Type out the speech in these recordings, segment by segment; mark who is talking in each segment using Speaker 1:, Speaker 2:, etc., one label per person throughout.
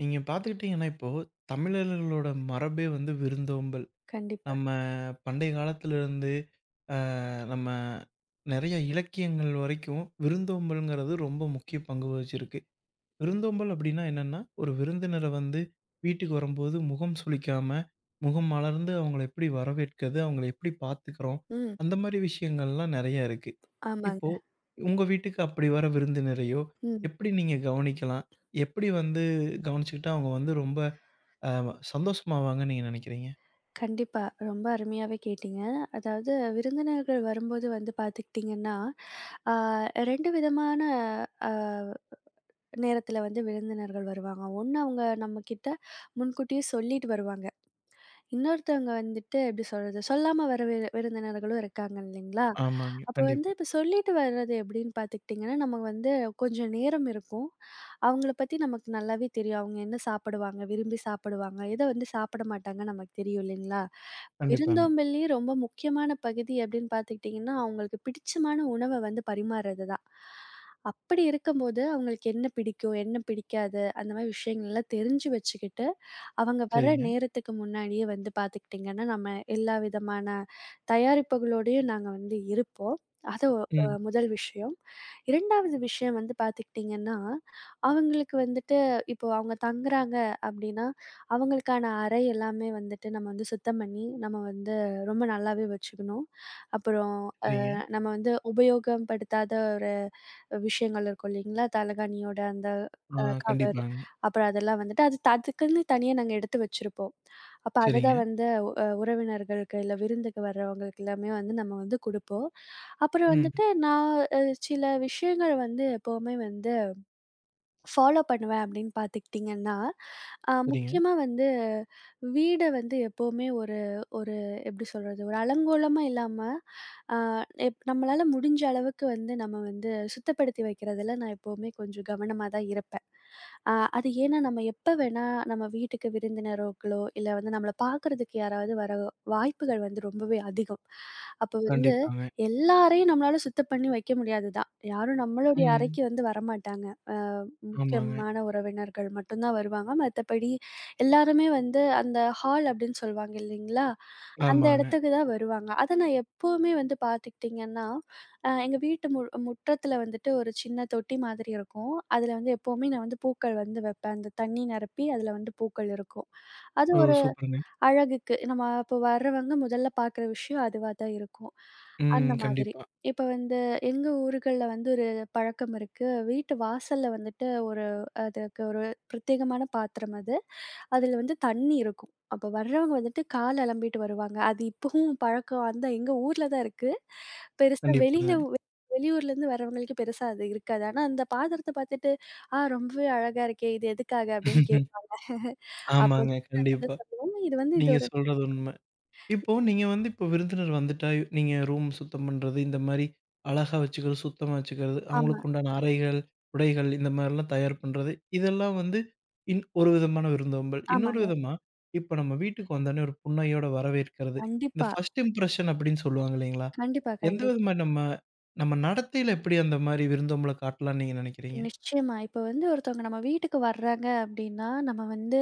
Speaker 1: நீங்க பார்த்துக்கிட்டீங்கன்னா, இப்போ தமிழர்களோட மரபே வந்து விருந்தோம்பல்.
Speaker 2: கண்டிப்பா.
Speaker 1: நம்ம பண்டைய காலத்திலிருந்து அ நம்ம நெறைய இலக்கியங்கள் வரைக்கும் விருந்தோம்பல்ங்கிறது ரொம்ப முக்கிய பங்கு வகிச்சிருக்கு. விருந்தோம்பல் அப்டின்னா என்னன்னா, ஒரு விருந்தினர வந்து வீட்டுக்கு வரும்போது முகம் சுளிக்காம, முகம் மலர்ந்து அவங்கள எப்படி வரவேற்கிறது, அவங்கள எப்படி பார்த்துக்கிறோம்,
Speaker 2: ம்.
Speaker 1: அந்த மாரி விஷயங்கள்லாம் நெறைய இருக்கு.
Speaker 2: ஆமாங்க.
Speaker 1: இப்போ உங்க வீட்டுக்கு அப்படி வர விருந்தினரையோ,
Speaker 2: ம்.
Speaker 1: எப்படி நீங்க கவனிக்கலாம்? எப்படி வந்து கவனிச்சுக்கிட்டா அவங்க வந்து ரொம்ப ஆமா, சந்தோஷமாவாங்கன்னு நீங்க நினைக்கிறீங்க?
Speaker 2: கண்டிப்பா. ரொம்ப அருமையாவே கேட்டீங்க. அதாவது விருந்தினர்கள் வரும்போது வந்து பார்த்துக்கிட்டிங்கன்னா, ஆ 2 விதமான அ நேரத்தில வந்து விருந்தினர்கள் வருவாங்க. ஒண்ணு அவங்க நம்மகிட்ட முன்கூட்டியே சொல்லிட்டு வருவாங்க. இன்னொருத்தவங்க வந்துட்டு எப்படி சொல்றது? சொல்லாம வர விருந்தினர்களும் இருக்காங்க இல்லைங்களா?
Speaker 1: ஆமாங்க,
Speaker 2: அப்ப வந்து
Speaker 1: கண்டிப்பா.
Speaker 2: இப்ப சொல்லிட்டு வர்றது எப்படின்னு பார்த்துக்கிட்டிங்கன்னா, நமக்கு வந்து கொஞ்சம் நேரம் இருக்கும். அவங்கள பத்தி நமக்கு நல்லாவே தெரியும். அவங்க என்ன சாப்பிடுவாங்க, விரும்பி சாப்பிடுவாங்க, எத வந்து சாப்பிட மாட்டாங்க நமக்கு தெரியும் இல்லைங்களா?
Speaker 1: கண்டிப்பாங்க.
Speaker 2: விருந்தோம்பல்லயே ரொம்ப முக்கியமான பகுதி அப்படின்னு பார்த்துக்கிட்டிங்கன்னா, அவங்களுக்கு பிடிச்சமான உணவ வந்து பரிமாறுறது தான். அப்படி இருக்கும்போது, அவங்களுக்கு என்ன பிடிக்கும், என்ன பிடிக்காது அந்த மாரி விஷயங்கள்லாம் தெரிஞ்சு வச்சுக்கிட்டு அவங்க வர
Speaker 1: சரிங்க.
Speaker 2: நேரத்துக்கு முன்னாடியே வந்து பார்த்துக்கிட்டிங்கன்னா, நம்ம எல்லா விதமான தயாரிப்புகளோடயும் நாங்க வந்து இருப்போம். அது
Speaker 1: ம்.
Speaker 2: முதல் விஷயம். 2வது விஷயம் வந்து பார்த்துக்கிட்டிங்கன்னா, அவங்களுக்கு வந்துட்டு இப்போ அவங்க தங்குறாங்க அப்டின்னா, அவங்களுக்கான அறை எல்லாமே வந்துட்டு நம்ம வந்து சுத்தம் பண்ணி, நம்ம வந்து ரொம்ப நல்லாவே வச்சுக்கணும். அப்புறம் அ
Speaker 1: சரிங்க.
Speaker 2: நம்ம வந்து உபயோகம் படுத்தாத ஒரு விஷயங்கள் இருக்கும் இல்லைங்களா? தலகாணியோட அந்த
Speaker 1: ஆ.
Speaker 2: கவர்.
Speaker 1: கண்டிப்பாங்க.
Speaker 2: அப்புறம் அதெல்லாம் வந்துட்டு அதுக்குன்னு தனியா நாங்க எடுத்து வச்சிருப்போம். அப்ப அததான்
Speaker 1: சரிங்க.
Speaker 2: வந்து உறவினர்களுக்கு, இல்ல விருந்துக்கு வர்றவங்களுக்கு எல்லாமே வந்து நம்ம வந்து குடுப்போம். அப்புறம்
Speaker 1: ம்.
Speaker 2: வந்துட்டு நான் அ சில விஷயங்கள் வந்து எப்பவுமே வந்து ஃபாலோ பண்ணுவேன் அப்படின்னு பார்த்துக்கிட்டிங்கன்னா,
Speaker 1: சரிங்க.
Speaker 2: முக்கியமா வந்து வீட வந்து எப்பவுமே ஒரு ஒரு எப்படி சொல்றது? ஒரு அலங்கோலமா இல்லாம, அ எப் நம்மளால முடிஞ்ச அளவுக்கு வந்து நம்ம வந்து சுத்தப்படுத்தி வைக்கிறதுல நான் எப்பவுமே கொஞ்சம் கவனமா தான் இருப்பேன். அ அது ஏன்னா நம்ம எப்ப வேணா நம்ம வீட்டுக்கு விருந்தினர்களோ, இல்ல வந்து நம்மள பார்க்கறதுக்கு யாராவது வர வாய்ப்புகள் வந்து ரொம்பவே அதிகம். அப்போ வந்து
Speaker 1: கண்டிப்பாங்க.
Speaker 2: எல்லாரையும் நம்மளால சுத்தம் பண்ணி வைக்க முடியாது தான். யாரும் நம்மளுடைய
Speaker 1: ம்.
Speaker 2: அறைக்கு வந்து வரமாட்டாங்க.
Speaker 1: ஆமாங்க.
Speaker 2: முக்கியமான உறவினர்கள் மட்டும் தான் வருவாங்க. மத்தபடி எல்லாருமே வந்து அந்த ஹால் அப்படின்னு சொல்லுவாங்க இல்லைங்களா? அந்த
Speaker 1: ஆமாங்க.
Speaker 2: இடத்துக்கு தான் வருவாங்க. அத நான் எப்பவுமே வந்து பார்த்துக்கிட்டிங்கன்னா, எங்க வீட்டு முற்றத்தில வந்துட்டு ஒரு சின்ன தொட்டி மாதிரி இருக்கும். அதில வந்து எப்பவுமே நான் வந்து பூக்கள் வந்து வைப்பேன். அந்த தண்ணி நிரப்பி அதில வந்து பூக்கள் இருக்கும். அது
Speaker 1: ஓ, சூப்பருங்க!
Speaker 2: அழகுக்கு நம்ம அப்போ வர்றவங்க முதல்ல பார்க்குற விஷயம் அதுவா தான் இருக்கும்.
Speaker 1: ம்.
Speaker 2: அந்த மாதிரி.
Speaker 1: கண்டிப்பா.
Speaker 2: இப்ப வந்து எங்க ஊர்கள்ல வந்து ஒரு பழக்கம் இருக்கு. வீட்டு வாசல்ல வந்துட்டு ஒரு அதுக்கு ஒரு பிரத்யேகமான பாத்திரம் அது. அதுல வந்து தண்ணி இருக்கும். அப்ப வர்றவங்க வந்துட்டு கால் அலம்பிட்டு வருவாங்க. அது இப்பவும் பழக்கம் அந்த எங்க ஊர்ல தான் இருக்கு. பெருசா வெளியில
Speaker 1: கண்டிப்பாங்க.
Speaker 2: வெளியூர்லேருந்து வர்றவங்களுக்கு பெருசா அது இருக்காது. ஆனா அந்த பாத்திரத்த பார்த்துட்டு, "ஆ ரொம்பவே அழகா இருக்கே! இது எதுக்காக?" அப்படின்னு கேப் அப்போ
Speaker 1: ஆமாங்க,
Speaker 2: வந்து நாங்க வந்து
Speaker 1: கண்டிப்பா.
Speaker 2: சொல்லுவோம். இது வந்து இது
Speaker 1: நீங்க
Speaker 2: ஒரு
Speaker 1: சொல்றது உண்ம. இப்போ நீங்க வந்து இப்போ விருந்தினர் வந்துட்டா, நீங்க ரூம் சுத்தம் பண்றது, இந்த மாரி அழகா வச்சுக்கிறது, சுத்தமா வச்சுக்கிறது,
Speaker 2: ஆமா,
Speaker 1: அவங்களுக்கு உண்டான அறைகள், உடைகள் இந்த மாரிலாம் தயார் பண்றது, இதெல்லாம் வந்து ஒரு விதமான விருந்தோம்பல். இன்னொரு
Speaker 2: ஆமாங்க.
Speaker 1: விதமா, இப்ப நம்ம வீட்டுக்கு வந்தோனே ஒரு புன்னகையோட வரவேற்கிறது. இந்த
Speaker 2: கண்டிப்பா,
Speaker 1: ஃபர்ஸ்ட் இம்ப்ரஷன் அப்படின்னு சொல்லுவாங்க இல்லைங்களா?
Speaker 2: கண்டிப்பா,
Speaker 1: எந்த
Speaker 2: கண்டிப்பா.
Speaker 1: விதமா நம்ம நம்ம நடத்தையில எப்படி அந்த மாரி விருந்தோம்பல காட்டலாம்னு நீங்க நெனைக்கிறீங்க?
Speaker 2: நிச்சயமா. இப்ப வந்து ஒருத்தவங்க நம்ம வீட்டுக்கு வர்றாங்க அப்டின்னா, நம்ம வந்து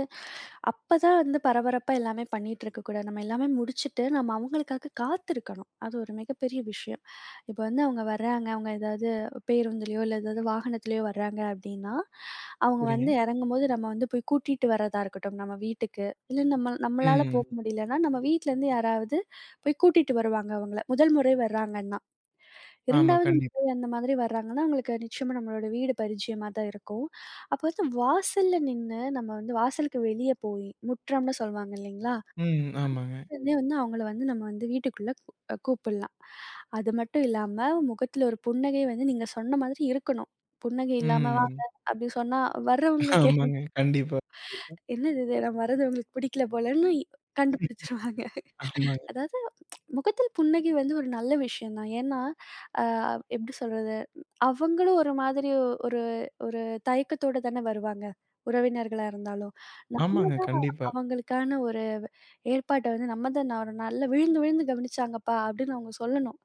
Speaker 2: அப்பதான் வந்து பரபரப்பா எல்லாமே பண்ணிட்டு இருக்கக்கூடாது. நம்ம எல்லாமே முடிச்சுட்டு, நம்ம அவங்களுக்காக காத்திருக்கணும். அது ஒரு மிகப்பெரிய விஷயம். இப்ப வந்து அவங்க வர்றாங்க, அவங்க ஏதாவது பேருந்துலயோ, இல்ல ஏதாவது வாகனத்திலயோ வர்றாங்க அப்டின்னா, அவங்க
Speaker 1: சரிங்க.
Speaker 2: வந்து இறங்கும்போது நம்ம வந்து போய் கூட்டிட்டு வர்றதா இருக்கட்டும், நம்ம வீட்டுக்கு. இல்ல நம்ம நம்மளால
Speaker 1: ம்.
Speaker 2: போக முடியலன்னா, நம்ம வீட்ல இருந்து யாராவது போய் கூட்டிட்டு வருவாங்க அவங்கள. முதல் முறை வர்றாங்கன்னா.
Speaker 1: ஆமா,
Speaker 2: 2வது
Speaker 1: கண்டிப்பா.
Speaker 2: முறை அந்த மாதிரி வர்றாங்கன்னா, அவங்களுக்கு நிச்சயமா நம்மளோட வீடு பரிச்சயமா தான் இருக்கும். அப்ப வந்து வாசல்ல நின்னு நம்ம வந்து வாசலுக்கு வெளிய போய், முற்றம்னு சொல்வாங்க இல்லைங்களா?
Speaker 1: ம். ஆமாங்க.
Speaker 2: உடனே வந்து அவங்கள வந்து நம்ம வந்து வீட்டுக்குள்ள கூ அ கூப்பிடலாம். அது மட்டும் இல்லாம, முகத்துல ஒரு புன்னகை வந்து நீங்க சொன்ன மாதிரி இருக்கணும். புன்னகை இல்லாம "வாங்க"
Speaker 1: ம்.
Speaker 2: அப்படி சொன்னா வர்றவங்களுக்கே
Speaker 1: ஆமாங்க. கண்டிப்பா.
Speaker 2: "என்னது இது? நம்ம வர்றது உங்களுக்கு பிடிக்கல போலன்னு" கண்டுபிடிச்சுருவாங்க.
Speaker 1: ஆமாங்க.
Speaker 2: அதாவது முகத்தில் புன்னகை வந்து ஒரு நல்ல விஷயம் தான். ஏன்னா, அ எப்படி சொல்றது? அவங்களும் ஒரு மாதிரி ஒரு ஒரு தயக்கத்தோட தானே வருவாங்க. உறவினர்களா இருந்தாலும். நம்ம
Speaker 1: ஆமாங்க.
Speaker 2: தான்
Speaker 1: கண்டிப்பா.
Speaker 2: அவங்களுக்கான ஒரு ஏற்பாட்ட வந்து நம்ம தான் "நான் ஒரு நல்லா விழுந்து விழுந்து கவனிச்சாங்கப்பா" அப்படின்னு அவங்க சொல்லணும்.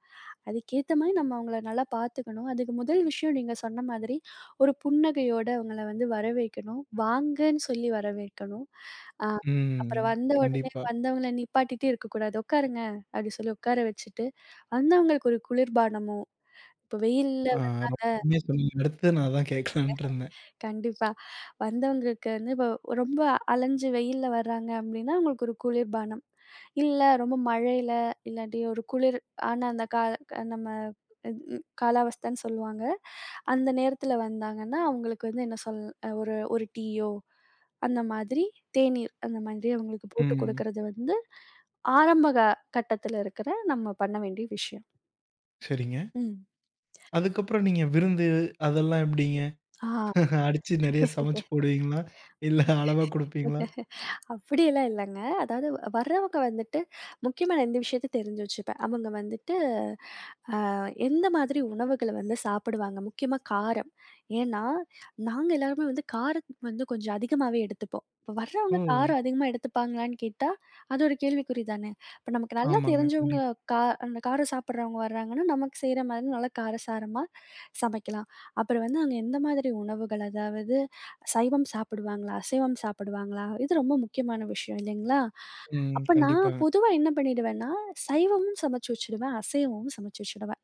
Speaker 2: அதுக்கேத்த மாரி நம்ம அவங்கள நல்லா பார்த்துக்கணும். அதுக்கு முதல் விஷயம் நீங்க சொன்ன மாதிரி, ஒரு புன்னகையோட அவங்கள வந்து வரவேற்கணும். வாங்கன்னு சொல்லி வரவேற்கணும். அ
Speaker 1: ம்.
Speaker 2: அப்புறம் வந்த உடனே
Speaker 1: கண்டிப்பா.
Speaker 2: வந்தவங்கள நிப்பாட்டிட்டே இருக்கக்கூடாது. "உட்காருங்க" அப்டி சொல்லி உட்கார வச்சுட்டு, வந்தவங்களுக்கு ஒரு குளிர்பானமோ, இப்ப வெயில்ல
Speaker 1: ஆ, ரொம்ப
Speaker 2: வர்றாங்க
Speaker 1: அருமையா சொன்னீங்க. அடுத்து நான் அதான் கேட்கலான்ட்டு இருந்தேன்.
Speaker 2: கண்டிப்பா. வந்தவங்களுக்கு வந்து இப்போ ரொம்ப அலைஞ்சு வெயில்ல வர்றாங்க அப்டின்னா, அவங்களுக்கு ஒரு குளிர்பானம். இல்ல ரொம்ப மழையில, இல்லாட்டி ஒரு குளிர் ஆன அந்த நம்ம காலாவஸ்தன்னு சொல்லுவாங்க. அந்த நேரத்துல வந்தாங்கன்னா, அவங்களுக்கு வந்து என்ன சொல் ஒரு ஒரு டீயோ, அந்த மாதிரி தேநீர் அந்த மாதிரி அவங்களுக்கு போட்டு
Speaker 1: ம்.
Speaker 2: குடுக்குறது வந்து, ஆரம்ப கட்டத்துல இருக்கிற நம்ம பண்ண வேண்டிய விஷயம்.
Speaker 1: சரிங்க.
Speaker 2: ம்.
Speaker 1: அதுக்கப்புறம் நீங்க விருந்து அதெல்லாம் எப்படிங்க?
Speaker 2: ஆ.
Speaker 1: அடிச்சு நெறைய சமைச்சு போடுவீங்களா? இல்ல அளவா குடுப்பீங்களா?
Speaker 2: அப்படியெல்லாம் இல்லங்க. அதாவது வர்றவங்க வந்துட்டு முக்கியமா நான் இந்த விஷயத்த தெரிஞ்சு வச்சுப்பேன். அவங்க வந்துட்டு எந்த மாதிரி உணவுகள வந்து சாப்பிடுவாங்க. முக்கியமா காரம். ஏன்னா, நாங்க எல்லாருமே வந்து காரம் வந்து கொஞ்சம் அதிகமாவே எடுத்துப்போம். இப்ப வர்றவங்க
Speaker 1: ஓ!
Speaker 2: காரம் அதிகமா எடுத்துப்பாங்களான்னு கேட்டா, அது ஒரு கேள்விக்குறி தானே. இப்ப நமக்கு நல்லா
Speaker 1: ஆமாங்க,
Speaker 2: தெரிஞ்சவங்க
Speaker 1: கண்டிப்பா.
Speaker 2: கா அந்த காரம் சாப்பிடுறவங்க வர்றாங்கன்னா, நமக்கு செய்ற மாதிரி நல்லா காரசாரமா சமைக்கலாம். அப்புறம் வந்து அவங்க எந்த மாதிரி உணவுகள் அதாவது சைவம் சாப்பிடுவாங்களா? அசைவம் சாப்பிடுவாங்களா? இது ரொம்ப முக்கியமான விஷயம் இல்லைங்களா?
Speaker 1: ம்.
Speaker 2: அப்ப நான்
Speaker 1: கண்டிப்பாங்க.
Speaker 2: பொதுவா என்ன பண்ணிடுவேன்னா, சைவமும் சமைச்சு வச்சுடுவேன். அசைவமும் சமைச்சு வச்சுடுவேன்.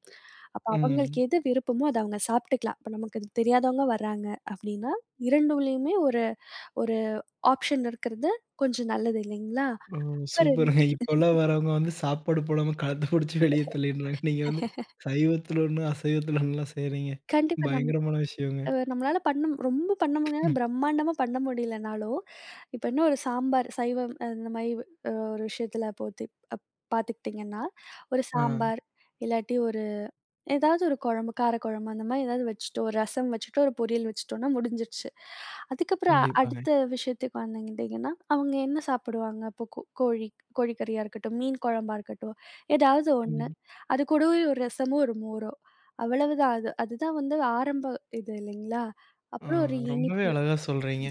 Speaker 2: அப்ப அவங்களுக்கு
Speaker 1: ம்.
Speaker 2: எது விருப்பமோ அத அவங்க சாப்பிட்டுக்கலாம். இப்ப நமக்கு அது தெரியாதவங்க வர்றாங்க அப்டின்னா, 2லயுமே ஒரு ஒரு ஆப்ஷன் இருக்கிறது கொஞ்சம் நல்லது இல்லைங்களா?
Speaker 1: ஓ,
Speaker 2: அப்ப ரெண்
Speaker 1: சூப்பருங்க! இப்போலாம் வரவங்க வந்து சாப்பாடு போடாம கலத்து புடிச்சு வெளிய தள்ளிடுறாங்க. நீங்க வந்து சைவத்துல ஒண்ணு, அசைவத்துல ஒண்ணுலாம் செய்றீங்க.
Speaker 2: கண்டிப்பா
Speaker 1: பயங்கரமான விஷயங்க.
Speaker 2: நம்மளால பண்ண ரொம்ப பண்ண முடியாது. பிரம்மாண்டமா பண்ண முடியலனாலும், இப்ப என்ன ஒரு சாம்பார் சைவம் அந்த மாரி ஒரு விஷயத்துல போத்தி அப் பார்த்துக்கிட்டிங்கன்னா, ஒரு
Speaker 1: ஆ.
Speaker 2: சாம்பார் இல்லாட்டி ஒரு ஏதாவது ஒரு குழம்பு, காரக்குழம்பு அந்த மாரி ஏதாவது வச்சுட்டோ, ஒரு ரசம் வச்சுட்டோ, ஒரு பொரியல் வச்சுட்டோம்னா முடிஞ்சிருச்சு. அதுக்கப்புறம்
Speaker 1: கண்டிப்பாங்க.
Speaker 2: அடுத்த விஷயத்துக்கு வந்துக்கிட்டீங்கன்னா, அவங்க என்ன சாப்பிடுவாங்க? இப்போ கோழி கோழிக்கறியா இருக்கட்டும், மீன் குழம்பா இருக்கட்டும், ஏதாவது ஒண்ணு.
Speaker 1: ம்.
Speaker 2: அது கூடவே ஒரு ரசமோ, ஒரு மோரோ அவ்வளவுதான். அது அதுதான் வந்து ஆரம்ப இது இல்லைங்களா?
Speaker 1: ஆ,
Speaker 2: அப்புறம் ஒரு
Speaker 1: ரொம்பவே
Speaker 2: இனிப்பு.
Speaker 1: அழகா சொல்றீங்க.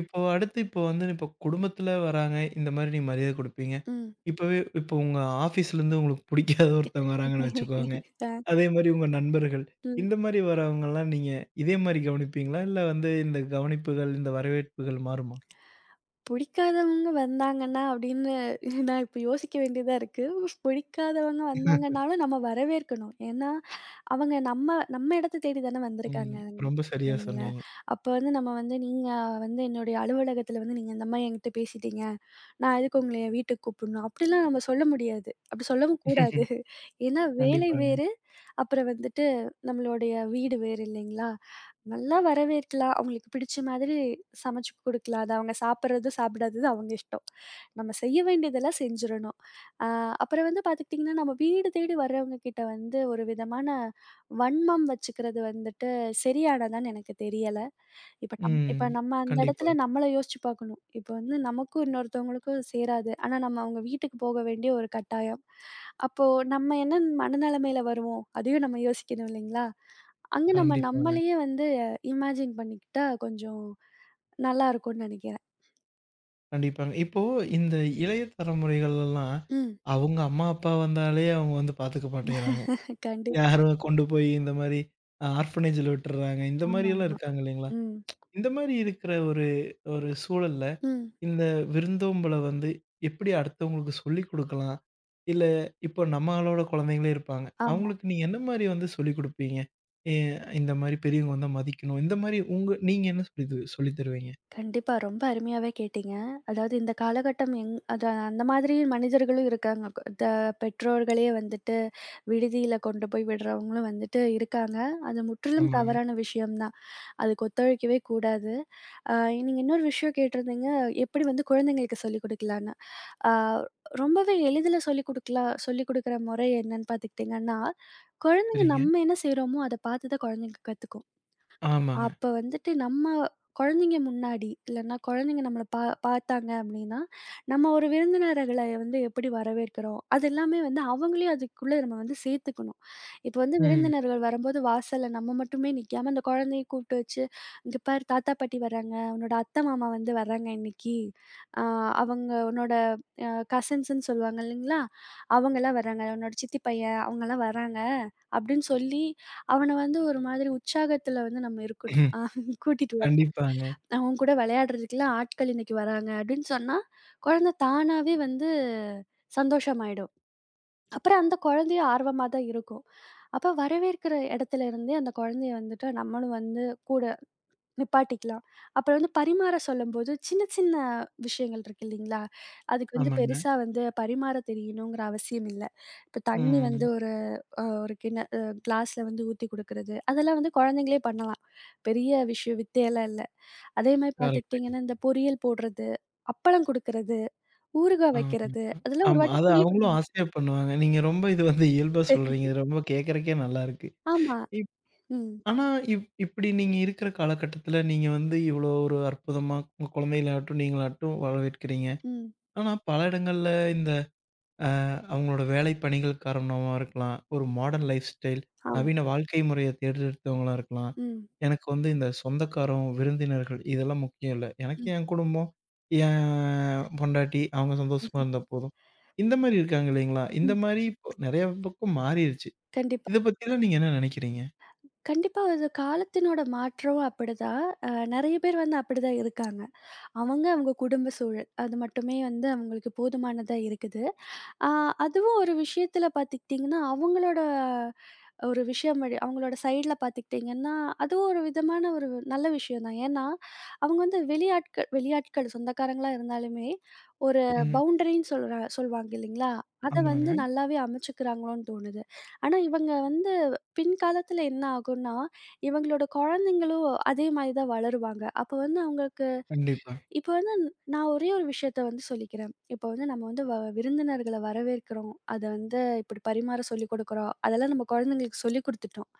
Speaker 1: இப்போ அடுத்து இப்போ வந்து இப்போ குடும்பத்துல வராங்க, இந்த மாரி நீங்க மரியாதை குடுப்பீங்க.
Speaker 2: ம்.
Speaker 1: இப்பவே இப்போ உங்க ஆஃபீஸ்லேருந்து உங்களுக்கு புடிக்காத ஒருத்தவங்க வராங்கன்னு வச்சுக்கோங்க.
Speaker 2: அ
Speaker 1: அதே மாரி உங்க நண்பர்கள்.
Speaker 2: ம்.
Speaker 1: இந்த மாரி வரவங்கலாம் நீங்க இதே மாரி கவனிப்பீங்களா? இல்ல வந்து இந்த கவனிப்புகள், இந்த வரவேற்புகள் மாறுமா?
Speaker 2: பிடிக்காதவங்க வந்தாங்கன்னா அப்படின்னு நான் இப்ப யோசிக்க வேண்டியதா இருக்கு. பிடிக்காதவங்க வந்தாங்கன்னாலும் நம்ம வரவேற்கணும். ஏன்னா அவங்க நம்ம நம்ம இடத்த தேடி தானே வந்திருக்காங்க.
Speaker 1: ம். ரொம்ப சரியா
Speaker 2: அப்படிங்களா?
Speaker 1: சொன்னீங்க.
Speaker 2: அப்ப வந்து நம்ம வந்து நீங்க வந்து என்னுடைய அலுவலகத்துல வந்து நீங்க இந்த மாரி என்கிட்ட பேசிட்டீங்க. நான் எதுக்கு உங்கள என் வீட்டுக்கு கூப்பிடணும்? அப்படிலாம் நம்ம சொல்ல முடியாது. அப்படி சொல்லவும் கூடாது. ஏன்னா வேலை
Speaker 1: கண்டிப்பாங்க.
Speaker 2: வேறு, அப்புறம் வந்துட்டு நம்மளுடைய வீடு வேறு இல்லைங்களா? நல்லா வரவேற்கலாம். அவங்களுக்கு பிடிச்ச மாதிரி சமைச்சு குடுக்கலாம். அது அவங்க சாப்பிடுறது, சாப்பிடாதது அவங்க இஷ்டம். நம்ம செய்ய வேண்டியதெல்லாம் செஞ்சிரணும். அ அப்புறம் வந்து பார்த்துக்கிட்டிங்கன்னா, நம்ம வீடு தேடி வர்றவங்க கிட்ட வந்து ஒரு விதமான வன்மம் வச்சுக்கிறது வந்துட்டு சரியானதான்னு எனக்கு தெரியல.
Speaker 1: ம்.
Speaker 2: இப்ப நம்ம அந்த
Speaker 1: கண்டிப்பா,
Speaker 2: இடத்துல நம்மள யோசிச்சு பார்க்கணும். இப்ப வந்து நமக்கும் இன்னொருத்தவங்களுக்கும் சேராது. ஆனா, நம்ம அவங்க வீட்டுக்கு போக வேண்டிய ஒரு கட்டாயம். அப்போ நம்ம என்ன மனநிலைமையில வருவோம்? அதையும் நம்ம யோசிக்கணும் இல்லைங்களா? அங்க நம்ம
Speaker 1: கண்டிப்பாங்க,
Speaker 2: நம்மளையே வந்து இமேஜின் பண்ணிக்கிட்டா கொஞ்சம் நல்லா இருக்கும்னு நினைக்கிறேன்.
Speaker 1: கண்டிப்பாங்க. இப்போ இந்த இளைய தலைமுறைகள்லாம்
Speaker 2: ம்.
Speaker 1: அவங்க அம்மா, அப்பா வந்தாலே அவங்க வந்து பாத்துக்க மாட்டேங்கிறாங்க.
Speaker 2: கண்டிப்பா.
Speaker 1: யாரோ கொண்டு போய் இந்த மாரி ஆர்ஃபனேஜ்ல விட்டுர்றாங்க. இந்த
Speaker 2: ஆமா,
Speaker 1: மாரியெல்லாம்
Speaker 2: ஆமா.
Speaker 1: இருக்காங்க இல்லைங்களா?
Speaker 2: ம்,
Speaker 1: இந்த மாரி இருக்கிற ஒரு ஒரு சூழல்ல,
Speaker 2: ம்.
Speaker 1: இந்த விருந்தோம்பல வந்து எப்படி அடுத்தவங்களுக்கு சொல்லிக் குடுக்கலாம்? இல்ல இப்போ நம்மளோட குழந்தைங்களே இருப்பாங்க.
Speaker 2: ஆமா.
Speaker 1: அவங்களுக்கு நீங்க என்ன மாரி வந்து சொல்லிக் குடுப்பீங்க? எ இந்த மாரி பெரியவங்க வந்தா மதிக்கணும். இந்த மாரி உங்க நீங்க என்ன சொல்லி தருவீங்க?
Speaker 2: கண்டிப்பா. ரொம்ப அருமையாவே கேட்டீங்க. அதாவது இந்த காலகட்டம் அது அந்த மாதிரி மனிதர்களும் இருக்காங்க. கொ- த பெற்றோர்களே வந்துட்டு விடுதியில கொண்டு போய் விடுறவங்களும் வந்துட்டு இருக்காங்க. அது முற்றிலும்
Speaker 1: ஆமாங்க.
Speaker 2: தவறான விஷயம் தான். அதுக்கு ஒத்துழைக்கவே கூடாது. அ நீங்க இன்னொரு விஷயம் கேட்டிருந்தீங்க, எப்படி வந்து குழந்தைங்களுக்கு சொல்லிக் குடுக்கலான்னு. ஆ ரொம்பவே எளிதில சொல்லிக் குடுக்கலாம் சொல்லிக் குடுக்குற முறை என்னன்னு பார்த்துக்கிட்டீங்கன்னா, குழந்தைங்க
Speaker 1: சரிங்க.
Speaker 2: நம்ம என்ன செய்றோமோ, அத பார்த்து தான் குழந்தைங்க கத்துக்கும்.
Speaker 1: ஆமாங்க.
Speaker 2: அப்ப வந்துட்டு நம்ம குழந்தைங்க முன்னாடி, இல்லன்னா குழந்தைங்க நம்மள பார்த்தாங்க அப்படின்னா, நம்ம ஒரு விருந்தினர்கள வந்து எப்படி வரவேற்கிறோம்? அது எல்லாமே வந்து அவங்களையும் அதுக்குள்ள நம்ம வந்து சேர்த்துக்கணும். இப்ப வந்து
Speaker 1: ம்.
Speaker 2: விருந்தினர்கள் வரும்போது வாசல்ல நம்ம மட்டுமே நிக்காம, அந்த குழந்தைய கூப்பிட்டு வச்சு, "இங்க பாரு தாத்தா, பாட்டி வர்றாங்க. உன்னோட அத்தை, மாமா வந்து வர்றாங்க இன்னைக்கு. அ அவங்க உன்னோட கசின்ஸ்ன்னு சொல்லுவாங்க இல்லைங்களா? அவங்கலாம் வர்றாங்க. உன்னோட சித்தி பையன் அவங்கலாம் வர்றாங்க" அப்படின்னு சொல்லி அவன வந்து ஒரு மாதிரி உற்சாகத்துல வந்து நம்ம இருக்கணும். கூட்டிட்டு வரணும்.
Speaker 1: கண்டிப்பாங்க.
Speaker 2: உன் கூட விளையாடுறதுக்குலாம் ஆட்கள் இன்னைக்கு வராங்க அப்படின்னு சொன்னா, குழந்தை தானாவே வந்து சந்தோஷமாயிடும். அப்புறம் அந்த குழந்தையும் ஆர்வமா தான் இருக்கும். அப்ப வரவேற்கிற இடத்துல இருந்தே அந்த குழந்தைய வந்துட்டு நம்மளும் வந்து கூட நிப்பாட்டிக்கலாம். அப்புறம் வந்து பரிமாற சொல்லும்போது சின்ன சின்ன விஷயங்கள் இருக்கு இல்லைங்களா? அதுக்கு வந்து
Speaker 1: ஆமாங்க.
Speaker 2: பெருசா வந்து பரிமாற தெரியணுங்கிற அவசியம் இல்ல. இப்ப தண்ணி வந்து
Speaker 1: ம்.
Speaker 2: ஒரு அ ஒரு கிண்ண அ கிளாஸ்ல வந்து ஊத்தி குடுக்குறது. அதெல்லாம் வந்து குழந்தைங்களே பண்ணலாம். பெரிய விஷயம் வித்தையெல்லாம் இல்ல. அதே மாரி
Speaker 1: கரெக்ட்.
Speaker 2: பார்த்துக்கிட்டீங்கன்னா, இந்த பொரியல் போடுறது, அப்பளம் குடுக்குறது, ஊறுகாய்
Speaker 1: ஆமா.
Speaker 2: வைக்கிறது, அதெல்லாம் ஒரு
Speaker 1: ஆமா,
Speaker 2: வாட்டி
Speaker 1: அது
Speaker 2: சொல்லிக்
Speaker 1: அவங்களும்
Speaker 2: குடுக்கணும்.
Speaker 1: ஆசையா பண்ணுவாங்க. நீங்க ரொம்ப இது வந்து இயல்பா சொல்றீங்க. இது ரொம்ப கேட்கறக்கே நல்லாருக்கு.
Speaker 2: ஆமா.
Speaker 1: இப்
Speaker 2: ம்.
Speaker 1: ஆனா இப்படி நீங்க இருக்கிற காலகட்டத்தில நீங்க வந்து இவ்வளோ ஒரு அற்புதமா உங்க குழந்தைகளாகட்டும், நீங்களாகட்டும் வரவேற்கிறீங்க.
Speaker 2: ம்.
Speaker 1: ஆனா பல இடங்கள்ல இந்த அ அவங்களோட வேலை பணிகள் காரணமா இருக்கலாம். ஒரு மாடர்ன் லைஃப் ஸ்டைல்,
Speaker 2: ஆமா.
Speaker 1: நவீன வாழ்க்கை முறைய தேர்ந்தெடுத்தவங்களா இருக்கலாம்.
Speaker 2: ம்.
Speaker 1: எனக்கு வந்து இந்த சொந்தக்காரம், விருந்தினர்கள் இதெல்லாம் முக்கியம் இல்ல. எனக்கு
Speaker 2: ம்.
Speaker 1: என் குடும்பம், என் பொண்டாட்டி அவங்க சந்தோஷமா இருந்தா போதும். இந்த மாரி இருக்காங்க இல்லைங்களா? இந்த
Speaker 2: ம்.
Speaker 1: மாரி இப்போ நெறைய பக்கம் மாறிருச்சு.
Speaker 2: கண்டிப்பா.
Speaker 1: இத பத்திலாம் நீங்க என்ன நெனைக்கிறீங்க?
Speaker 2: கண்டிப்பா அது காலத்தினோட மாற்றம் அப்படிதான். நெறைய பேர் வந்து அப்படிதான் இருக்காங்க. அவங்க, அவங்க குடும்ப சூழல் அது மட்டுமே வந்து அவங்களுக்கு போதுமானதா இருக்குது. ஆ அதுவும் ஒரு விஷயத்துல பார்த்துக்கிட்டிங்கன்னா, அவங்களோட ஒரு விஷயம் வழி அவங்களோட சைடுல பார்த்துக்கிட்டிங்கன்னா, அதுவும் ஒரு விதமான ஒரு நல்ல விஷயம் தான். ஏன்னா, அவங்க வந்து வெளியாட்கள் வெளியாட்கள் சொந்தக்காரங்களா இருந்தாலுமே, ஒரு
Speaker 1: ம்.
Speaker 2: பவுண்டரின்னு சொல்வாங்க இல்லைங்களா? அத வந்து
Speaker 1: ஆமாங்க.
Speaker 2: நல்லாவே அமைச்சுக்கிறாங்களோன்னு தோணுது. ஆனா இவங்க வந்து பின்காலத்துல என்ன ஆகும்னா, இவங்களோட குழந்தைங்களும் அதே மாரி தான் வளருவாங்க. அப்ப வந்து அவங்களுக்கு
Speaker 1: கண்டிப்பா.
Speaker 2: இப்போ வந்து நான் ஒரே ஒரு விஷயத்த வந்து சொல்லிக்கிறேன். இப்போ வந்து நம்ம வந்து விருந்தினர்கள வரவேற்கிறோம். அத வந்து இப்படி பரிமாற சொல்லிக் கொடுக்குறோம். அதெல்லாம் நம்ம குழந்தைங்களுக்கு சொல்லிக் குடுத்துட்டோம்.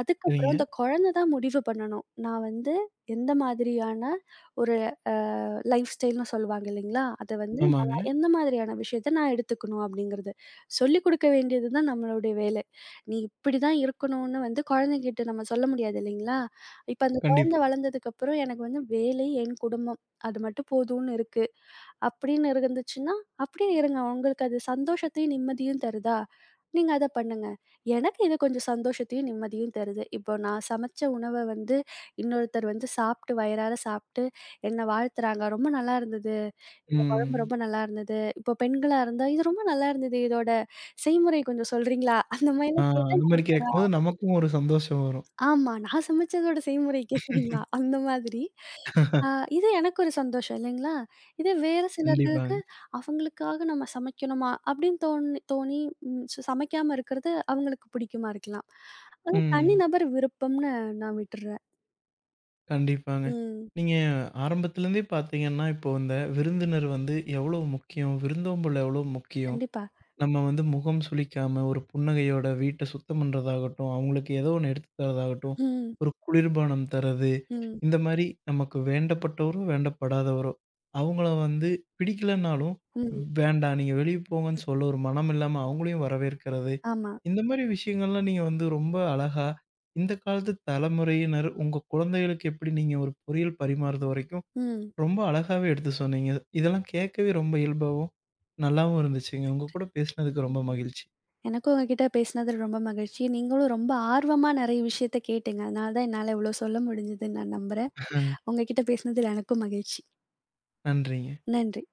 Speaker 2: அதுக்கப்புறம்
Speaker 1: சரிங்க.
Speaker 2: அந்த குழந்தை தான் முடிவு பண்ணணும். நான் வந்து எந்த மாதிரியான ஒரு அ லைஃப் ஸ்டைல்ன்னு சொல்லுவாங்க இல்லைங்களா? அத வந்து ம்.
Speaker 1: ஆமாங்க.
Speaker 2: நான் எந்த மாதிரியான விஷயத்த நான் எடுத்துக்கணும் அப்படிங்கிறது. சொல்லிக் கொடுக்க வேண்டியது தான் நம்மளுடைய வேலை. நீ இப்படி தான் இருக்கணும்னு வந்து குழந்தைகிட்ட நம்ம சொல்ல முடியாது இல்லைங்களா? இப்ப அந்த குழந்தை
Speaker 1: கண்டிப்பா.
Speaker 2: வளர்ந்ததுக்கப்புறம் எனக்கு வந்து வேலை, என் குடும்பம் அது மட்டும் போதும்னு இருக்கு. அப்படின்னு இருந்துச்சுன்னா, அப்படியே இருங்க. உங்களுக்கு அது சந்தோஷத்தையும், நிம்மதியும் தருதா? நீங்க அத பண்ணுங்க. எனக்கு இது கொஞ்சம் சந்தோஷத்தையும், நிம்மதியும் தருது. இப்போ நான் சமைச்ச உணவ வந்து இன்னொருத்தர் வந்து சாப்பிட்டு வயிறார சாப்பிட்டு என்ன வாழ்த்துறாங்க. "ரொம்ப நல்லா இருந்தது. குழம்பு
Speaker 1: ம்.
Speaker 2: ரொம்ப நல்லா இருந்தது." இப்போ பெண்களா இருந்தா, "இது ரொம்ப நல்லா இருந்தது. இதோட செய்முறை கொஞ்சம் சொல்றீங்களா?" அந்த
Speaker 1: ஆ,
Speaker 2: மாரிலாம் கேட்டா
Speaker 1: அந்த மாரி
Speaker 2: நமக்கு
Speaker 1: கேட்கும்போது நமக்கும் ஒரு சந்தோஷம் வரும்.
Speaker 2: ஆமா. நான் சமைச்சதோட செய்முறை கேட்கிறீங்களா? அந்த மாதிரி. ஆ இது எனக்கு ஒரு சந்தோஷம் இல்லைங்களா? இதே வேறு சிலர்களுக்கு
Speaker 1: கண்டிப்பாங்க.
Speaker 2: அவங்களுக்காக நம்ம சமைக்கணுமா அப்படின்னு தோணி தோணி சமைக்காம இருக்கிறது அவங்களுக்கு பிடிக்குமா இருக்கலாம். அது
Speaker 1: ம்.
Speaker 2: தனிநபர் விருப்பம்னு நான் விட்டுறேன்.
Speaker 1: கண்டிப்பாங்க.
Speaker 2: ம்.
Speaker 1: நீங்க ஆரம்பத்துலருந்தே பார்த்தீங்கன்னா, இப்போ இந்த விருந்தினர் வந்து எவ்வளோ முக்கியம்? விருந்தோம்பல் எவ்வளோ முக்கியம்?
Speaker 2: கண்டிப்பா.
Speaker 1: நம்ம வந்து முகம் சுளிக்காம ஒரு புன்னகையோட வீட்ட சுத்தம் பண்றதாகட்டும், அவங்களுக்கு ஏதோ ஒண்ணு எடுத்து தரதாகட்டும்,
Speaker 2: ம்.
Speaker 1: ஒரு குளிர்பானம் தர்றது,
Speaker 2: ம்.
Speaker 1: இந்த மாரி நமக்கு வேண்டப்பட்டவரோ, வேண்டப்படாதவரோ, அவங்கள வந்து பிடிக்கலனாலும்,
Speaker 2: ம்.
Speaker 1: "வேண்டாம் நீங்க வெளிய போங்கன்னு" சொல்ல ஒரு மனம் இல்லாம அவங்களையும் வரவேற்கிறது.
Speaker 2: ஆமா.
Speaker 1: இந்த மாரி விஷயங்கள்லாம் நீங்க வந்து ரொம்ப அழகா, இந்த காலத்து தலைமுறையினர் உங்க குழந்தைகளுக்கு எப்படி நீங்க ஒரு பொரியல் பரிமாறுது வரைக்கும்,
Speaker 2: ம்.
Speaker 1: ரொம்ப அழகாவே எடுத்து சொன்னீங்க. இதெல்லாம் கேட்கவே ரொம்ப இயல்பாவும், நல்லாவும் இருந்துச்சுங்க. உங்க கூட பேசினதுக்கு ரொம்ப மகிழ்ச்சி.
Speaker 2: எனக்கும் உங்ககிட்ட பேசினது ரொம்ப மகிழ்ச்சி. நீங்களும் ரொம்ப ஆர்வமா நிறைய விஷயத்த கேட்டீங்க. அதனால தான் என்னால இவ்வளோ சொல்ல முடிஞ்சதுன்னு நான் நம்புறேன். உங்ககிட்ட பேசினதில எனக்கும் மகிழ்ச்சி.
Speaker 1: நன்றிங்க.
Speaker 2: நன்றி.